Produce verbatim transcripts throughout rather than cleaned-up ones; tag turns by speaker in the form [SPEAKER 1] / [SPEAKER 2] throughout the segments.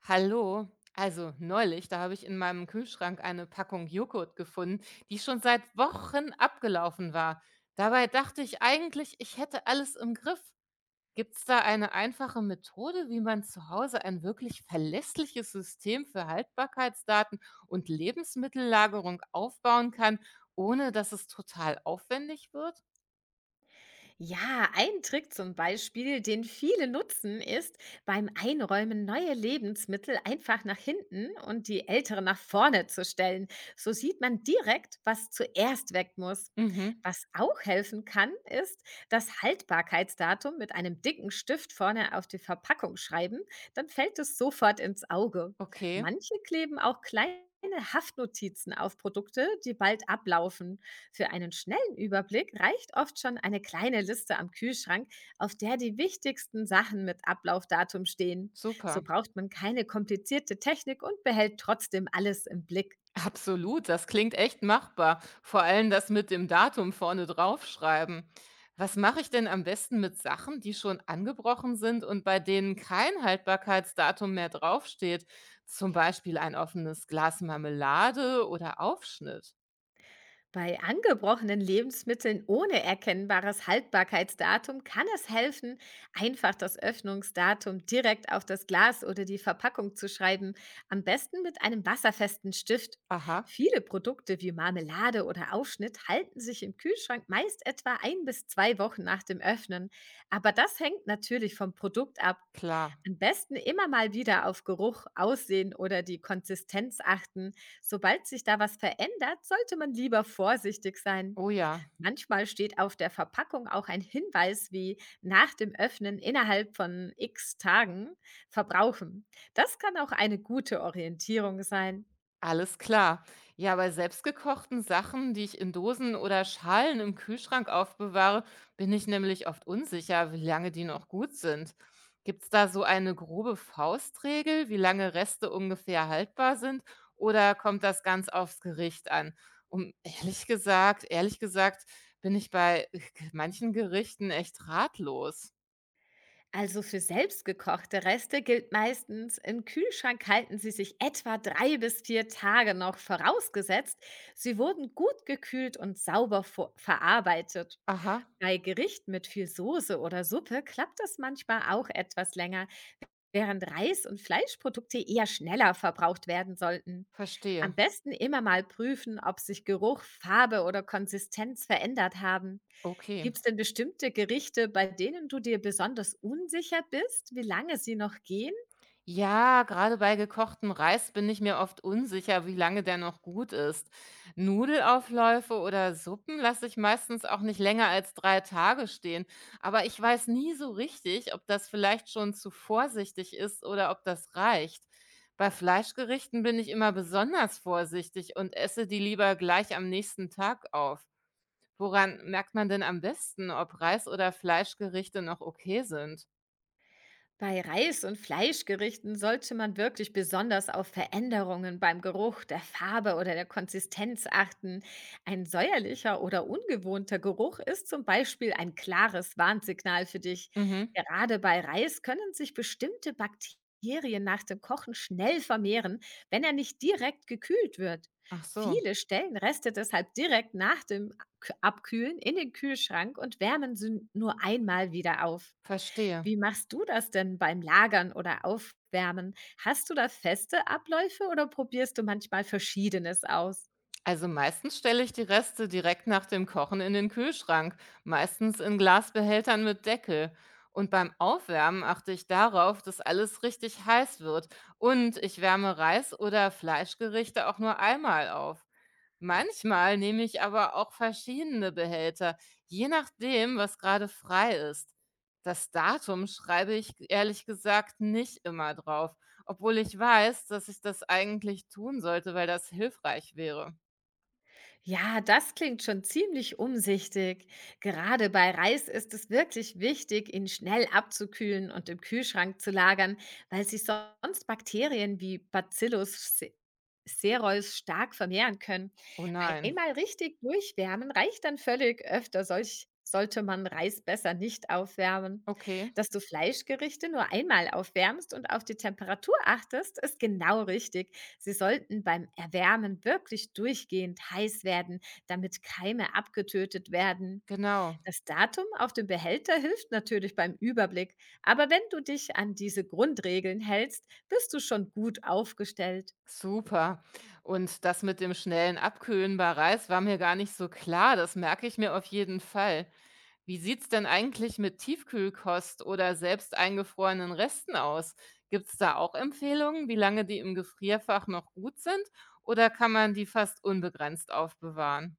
[SPEAKER 1] Hallo. Also neulich, da habe ich in meinem Kühlschrank eine Packung Joghurt gefunden, die schon seit Wochen abgelaufen war. Dabei dachte ich eigentlich, ich hätte alles im Griff. Gibt es da eine einfache Methode, wie man zu Hause ein wirklich verlässliches System für Haltbarkeitsdaten und Lebensmittellagerung aufbauen kann, ohne dass es total aufwendig wird?
[SPEAKER 2] Ja, ein Trick zum Beispiel, den viele nutzen, ist beim Einräumen neue Lebensmittel einfach nach hinten und die älteren nach vorne zu stellen. So sieht man direkt, was zuerst weg muss.
[SPEAKER 1] Mhm.
[SPEAKER 2] Was auch helfen kann, ist das Haltbarkeitsdatum mit einem dicken Stift vorne auf die Verpackung schreiben, dann fällt es sofort ins Auge.
[SPEAKER 1] Okay.
[SPEAKER 2] Manche kleben auch kleine Haftnotizen auf Produkte, die bald ablaufen. Für einen schnellen Überblick reicht oft schon eine kleine Liste am Kühlschrank, auf der die wichtigsten Sachen mit Ablaufdatum stehen. So
[SPEAKER 1] Super.
[SPEAKER 2] braucht man keine komplizierte Technik und behält trotzdem alles im Blick.
[SPEAKER 1] Absolut, das klingt echt machbar. Vor allem das mit dem Datum vorne draufschreiben. Was mache ich denn am besten mit Sachen, die schon angebrochen sind und bei denen kein Haltbarkeitsdatum mehr draufsteht? Zum Beispiel ein offenes Glas Marmelade oder Aufschnitt.
[SPEAKER 2] Bei angebrochenen Lebensmitteln ohne erkennbares Haltbarkeitsdatum kann es helfen, einfach das Öffnungsdatum direkt auf das Glas oder die Verpackung zu schreiben, am besten mit einem wasserfesten Stift.
[SPEAKER 1] Aha,
[SPEAKER 2] Viele Produkte wie Marmelade oder Aufschnitt halten sich im Kühlschrank meist etwa ein bis zwei Wochen nach dem Öffnen, aber das hängt natürlich vom Produkt ab.
[SPEAKER 1] klar.
[SPEAKER 2] Am besten immer mal wieder auf Geruch, Aussehen oder die Konsistenz achten. Sobald sich da was verändert, sollte man lieber vorsichtig sein.
[SPEAKER 1] Oh ja.
[SPEAKER 2] Manchmal steht auf der Verpackung auch ein Hinweis wie nach dem Öffnen innerhalb von x Tagen verbrauchen. Das kann auch eine gute Orientierung sein.
[SPEAKER 1] Alles klar. Ja, bei selbstgekochten Sachen, die ich in Dosen oder Schalen im Kühlschrank aufbewahre, bin ich nämlich oft unsicher, wie lange die noch gut sind. Gibt es da so eine grobe Faustregel, wie lange Reste ungefähr haltbar sind? Oder kommt das ganz aufs Gericht an? Um ehrlich gesagt, ehrlich gesagt, bin ich bei manchen Gerichten echt ratlos.
[SPEAKER 2] Also für selbstgekochte Reste gilt meistens, im Kühlschrank halten sie sich etwa drei bis vier Tage noch, vorausgesetzt, sie wurden gut gekühlt und sauber vo- verarbeitet.
[SPEAKER 1] Aha,
[SPEAKER 2] Bei Gerichten mit viel Soße oder Suppe klappt das manchmal auch etwas länger, während Reis- und Fleischprodukte eher schneller verbraucht werden sollten. Am
[SPEAKER 1] verstehe.
[SPEAKER 2] besten immer mal prüfen, ob sich Geruch, Farbe oder Konsistenz verändert haben.
[SPEAKER 1] Okay.
[SPEAKER 2] Gibt es denn bestimmte Gerichte, bei denen du dir besonders unsicher bist, wie lange sie noch gehen?
[SPEAKER 1] Ja, gerade bei gekochtem Reis bin ich mir oft unsicher, wie lange der noch gut ist. Nudelaufläufe oder Suppen lasse ich meistens auch nicht länger als drei Tage stehen. Aber ich weiß nie so richtig, ob das vielleicht schon zu vorsichtig ist oder ob das reicht. Bei Fleischgerichten bin ich immer besonders vorsichtig und esse die lieber gleich am nächsten Tag auf. Woran merkt man denn am besten, ob Reis- oder Fleischgerichte noch okay sind?
[SPEAKER 2] Bei Reis- und Fleischgerichten sollte man wirklich besonders auf Veränderungen beim Geruch, der Farbe oder der Konsistenz achten. Ein säuerlicher oder ungewohnter Geruch ist zum Beispiel ein klares Warnsignal für dich.
[SPEAKER 1] Mhm.
[SPEAKER 2] Gerade bei Reis können sich bestimmte Bakterien nach dem Kochen schnell vermehren, wenn er nicht direkt gekühlt wird.
[SPEAKER 1] Ach so,
[SPEAKER 2] Viele stellen Reste deshalb direkt nach dem Abkühlen in den Kühlschrank und wärmen sie nur einmal wieder auf.
[SPEAKER 1] verstehe.
[SPEAKER 2] Wie machst du das denn beim Lagern oder Aufwärmen? Hast du da feste Abläufe oder probierst du manchmal Verschiedenes aus?
[SPEAKER 1] Also meistens stelle ich die Reste direkt nach dem Kochen in den Kühlschrank, meistens in Glasbehältern mit Deckel. Und beim Aufwärmen achte ich darauf, dass alles richtig heiß wird. Und ich wärme Reis- oder Fleischgerichte auch nur einmal auf. Manchmal nehme ich aber auch verschiedene Behälter, je nachdem, was gerade frei ist. Das Datum schreibe ich ehrlich gesagt nicht immer drauf, obwohl ich weiß, dass ich das eigentlich tun sollte, weil das hilfreich wäre.
[SPEAKER 2] Ja, das klingt schon ziemlich umsichtig. Gerade bei Reis ist es wirklich wichtig, ihn schnell abzukühlen und im Kühlschrank zu lagern, weil sich sonst Bakterien wie Bacillus se- cereus stark vermehren können.
[SPEAKER 1] Oh nein.
[SPEAKER 2] Einmal richtig durchwärmen reicht dann völlig. Öfter solch sollte man Reis besser nicht aufwärmen.
[SPEAKER 1] Okay.
[SPEAKER 2] Dass du Fleischgerichte nur einmal aufwärmst und auf die Temperatur achtest, ist genau richtig. Sie sollten beim Erwärmen wirklich durchgehend heiß werden, damit Keime abgetötet werden.
[SPEAKER 1] Genau.
[SPEAKER 2] Das Datum auf dem Behälter hilft natürlich beim Überblick, aber wenn du dich an diese Grundregeln hältst, bist du schon gut aufgestellt.
[SPEAKER 1] Super. Und das mit dem schnellen Abkühlen bei Reis war mir gar nicht so klar. Das merke ich mir auf jeden Fall. Wie sieht's denn eigentlich mit Tiefkühlkost oder selbst eingefrorenen Resten aus? Gibt's da auch Empfehlungen, wie lange die im Gefrierfach noch gut sind? Oder kann man die fast unbegrenzt aufbewahren?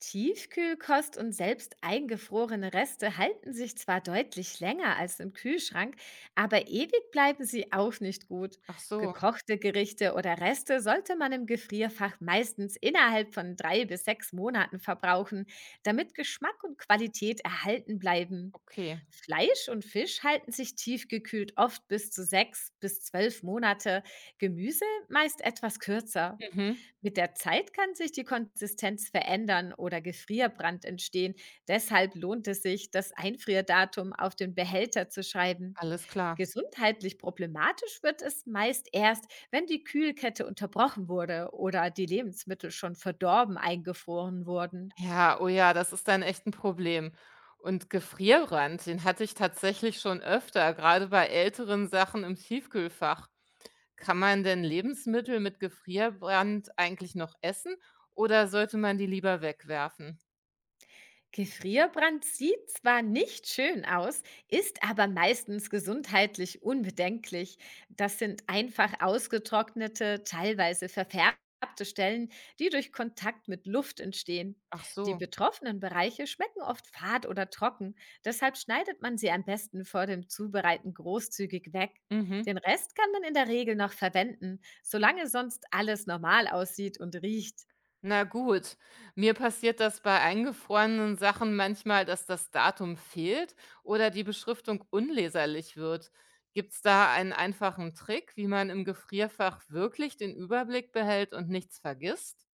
[SPEAKER 2] Tiefkühlkost und selbst eingefrorene Reste halten sich zwar deutlich länger als im Kühlschrank, aber ewig bleiben sie auch nicht gut.
[SPEAKER 1] Ach so.
[SPEAKER 2] Gekochte Gerichte oder Reste sollte man im Gefrierfach meistens innerhalb von drei bis sechs Monaten verbrauchen, damit Geschmack und Qualität erhalten bleiben.
[SPEAKER 1] Okay.
[SPEAKER 2] Fleisch und Fisch halten sich tiefgekühlt oft bis zu sechs bis zwölf Monate, Gemüse meist etwas kürzer.
[SPEAKER 1] Mhm.
[SPEAKER 2] Mit der Zeit kann sich die Konsistenz verändern oder Gefrierbrand entstehen. Deshalb lohnt es sich, das Einfrierdatum auf den Behälter zu schreiben.
[SPEAKER 1] Alles klar.
[SPEAKER 2] Gesundheitlich problematisch wird es meist erst, wenn die Kühlkette unterbrochen wurde oder die Lebensmittel schon verdorben eingefroren wurden.
[SPEAKER 1] Ja, oh ja, das ist dann echt ein Problem. Und Gefrierbrand, den hatte ich tatsächlich schon öfter, gerade bei älteren Sachen im Tiefkühlfach. Kann man denn Lebensmittel mit Gefrierbrand eigentlich noch essen oder sollte man die lieber wegwerfen?
[SPEAKER 2] Gefrierbrand sieht zwar nicht schön aus, ist aber meistens gesundheitlich unbedenklich. Das sind einfach ausgetrocknete, teilweise verfärbte Stellen, die durch Kontakt mit Luft entstehen.
[SPEAKER 1] Ach
[SPEAKER 2] Die
[SPEAKER 1] so,
[SPEAKER 2] betroffenen Bereiche schmecken oft fad oder trocken, deshalb schneidet man sie am besten vor dem Zubereiten großzügig weg.
[SPEAKER 1] mhm.
[SPEAKER 2] Den Rest kann man in der Regel noch verwenden, solange sonst alles normal aussieht und riecht.
[SPEAKER 1] Na gut, mir passiert das bei eingefrorenen Sachen manchmal, dass das Datum fehlt oder die Beschriftung unleserlich wird. Gibt es da einen einfachen Trick, wie man im Gefrierfach wirklich den Überblick behält und nichts vergisst?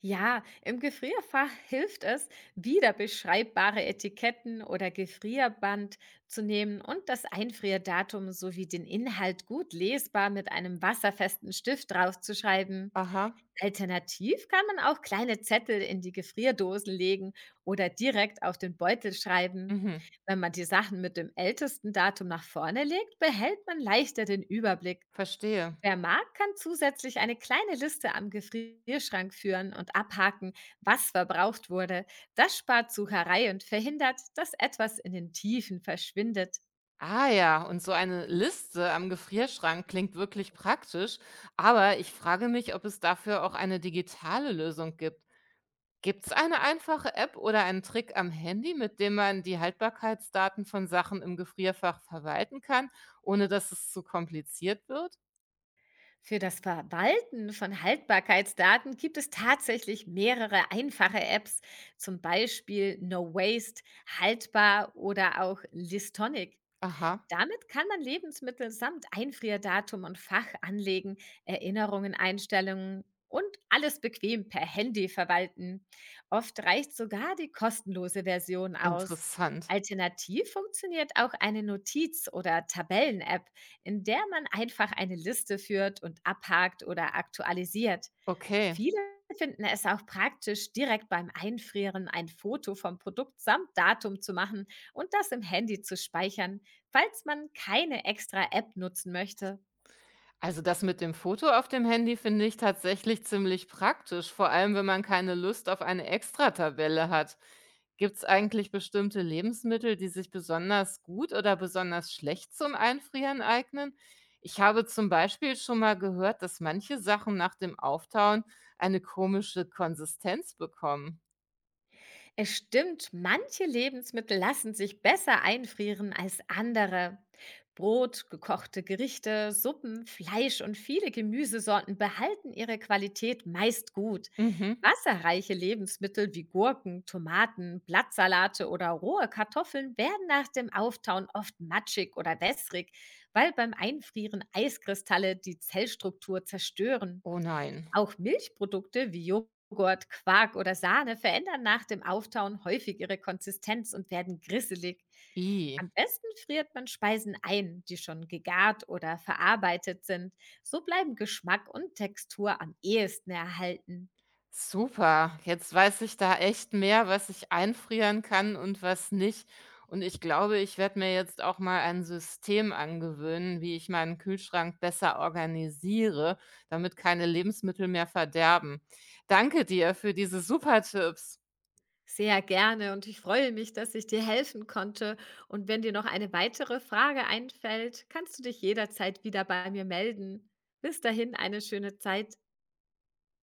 [SPEAKER 2] Ja, im Gefrierfach hilft es, wiederbeschreibbare Etiketten oder Gefrierband zu nehmen und das Einfrierdatum sowie den Inhalt gut lesbar mit einem wasserfesten Stift draufzuschreiben.
[SPEAKER 1] Aha,
[SPEAKER 2] Alternativ kann man auch kleine Zettel in die Gefrierdosen legen oder direkt auf den Beutel schreiben.
[SPEAKER 1] mhm,
[SPEAKER 2] Wenn man die Sachen mit dem ältesten Datum nach vorne legt, behält man leichter den Überblick.
[SPEAKER 1] verstehe.
[SPEAKER 2] Wer mag, kann zusätzlich eine kleine Liste am Gefrierschrank führen und abhaken, was verbraucht wurde. Das spart Sucherei und verhindert, dass etwas in den Tiefen verschwindet.
[SPEAKER 1] Ah ja, und so eine Liste am Gefrierschrank klingt wirklich praktisch, aber ich frage mich, ob es dafür auch eine digitale Lösung gibt. Gibt es eine einfache App oder einen Trick am Handy, mit dem man die Haltbarkeitsdaten von Sachen im Gefrierfach verwalten kann, ohne dass es zu kompliziert wird?
[SPEAKER 2] Für das Verwalten von Haltbarkeitsdaten gibt es tatsächlich mehrere einfache Apps, zum Beispiel No Waste, Haltbar oder auch Listonic.
[SPEAKER 1] Aha,
[SPEAKER 2] Damit kann man Lebensmittel samt Einfrierdatum und Fach anlegen, Erinnerungen, Einstellungen und alles bequem per Handy verwalten. Oft reicht sogar die kostenlose Version aus.
[SPEAKER 1] interessant.
[SPEAKER 2] Alternativ funktioniert auch eine Notiz- oder Tabellen-App, in der man einfach eine Liste führt und abhakt oder aktualisiert.
[SPEAKER 1] Okay.
[SPEAKER 2] Viele finden es auch praktisch, direkt beim Einfrieren ein Foto vom Produkt samt Datum zu machen und das im Handy zu speichern, falls man keine extra App nutzen möchte.
[SPEAKER 1] Also das mit dem Foto auf dem Handy finde ich tatsächlich ziemlich praktisch, vor allem wenn man keine Lust auf eine Extratabelle hat. Gibt es eigentlich bestimmte Lebensmittel, die sich besonders gut oder besonders schlecht zum Einfrieren eignen? Ich habe zum Beispiel schon mal gehört, dass manche Sachen nach dem Auftauen eine komische Konsistenz bekommen.
[SPEAKER 2] Es stimmt, manche Lebensmittel lassen sich besser einfrieren als andere. Brot, gekochte Gerichte, Suppen, Fleisch und viele Gemüsesorten behalten ihre Qualität meist gut.
[SPEAKER 1] Mhm.
[SPEAKER 2] Wasserreiche Lebensmittel wie Gurken, Tomaten, Blattsalate oder rohe Kartoffeln werden nach dem Auftauen oft matschig oder wässrig, weil beim Einfrieren Eiskristalle die Zellstruktur zerstören.
[SPEAKER 1] Oh nein.
[SPEAKER 2] Auch Milchprodukte wie Joghurt, Quark oder Sahne verändern nach dem Auftauen häufig ihre Konsistenz und werden grisselig.
[SPEAKER 1] I.
[SPEAKER 2] Am besten friert man Speisen ein, die schon gegart oder verarbeitet sind. So bleiben Geschmack und Textur am ehesten erhalten.
[SPEAKER 1] Super, jetzt weiß ich da echt mehr, was ich einfrieren kann und was nicht. Und ich glaube, ich werde mir jetzt auch mal ein System angewöhnen, wie ich meinen Kühlschrank besser organisiere, damit keine Lebensmittel mehr verderben. Danke dir für diese super Tipps.
[SPEAKER 2] Sehr gerne und ich freue mich, dass ich dir helfen konnte. Und wenn dir noch eine weitere Frage einfällt, kannst du dich jederzeit wieder bei mir melden. Bis dahin eine schöne Zeit.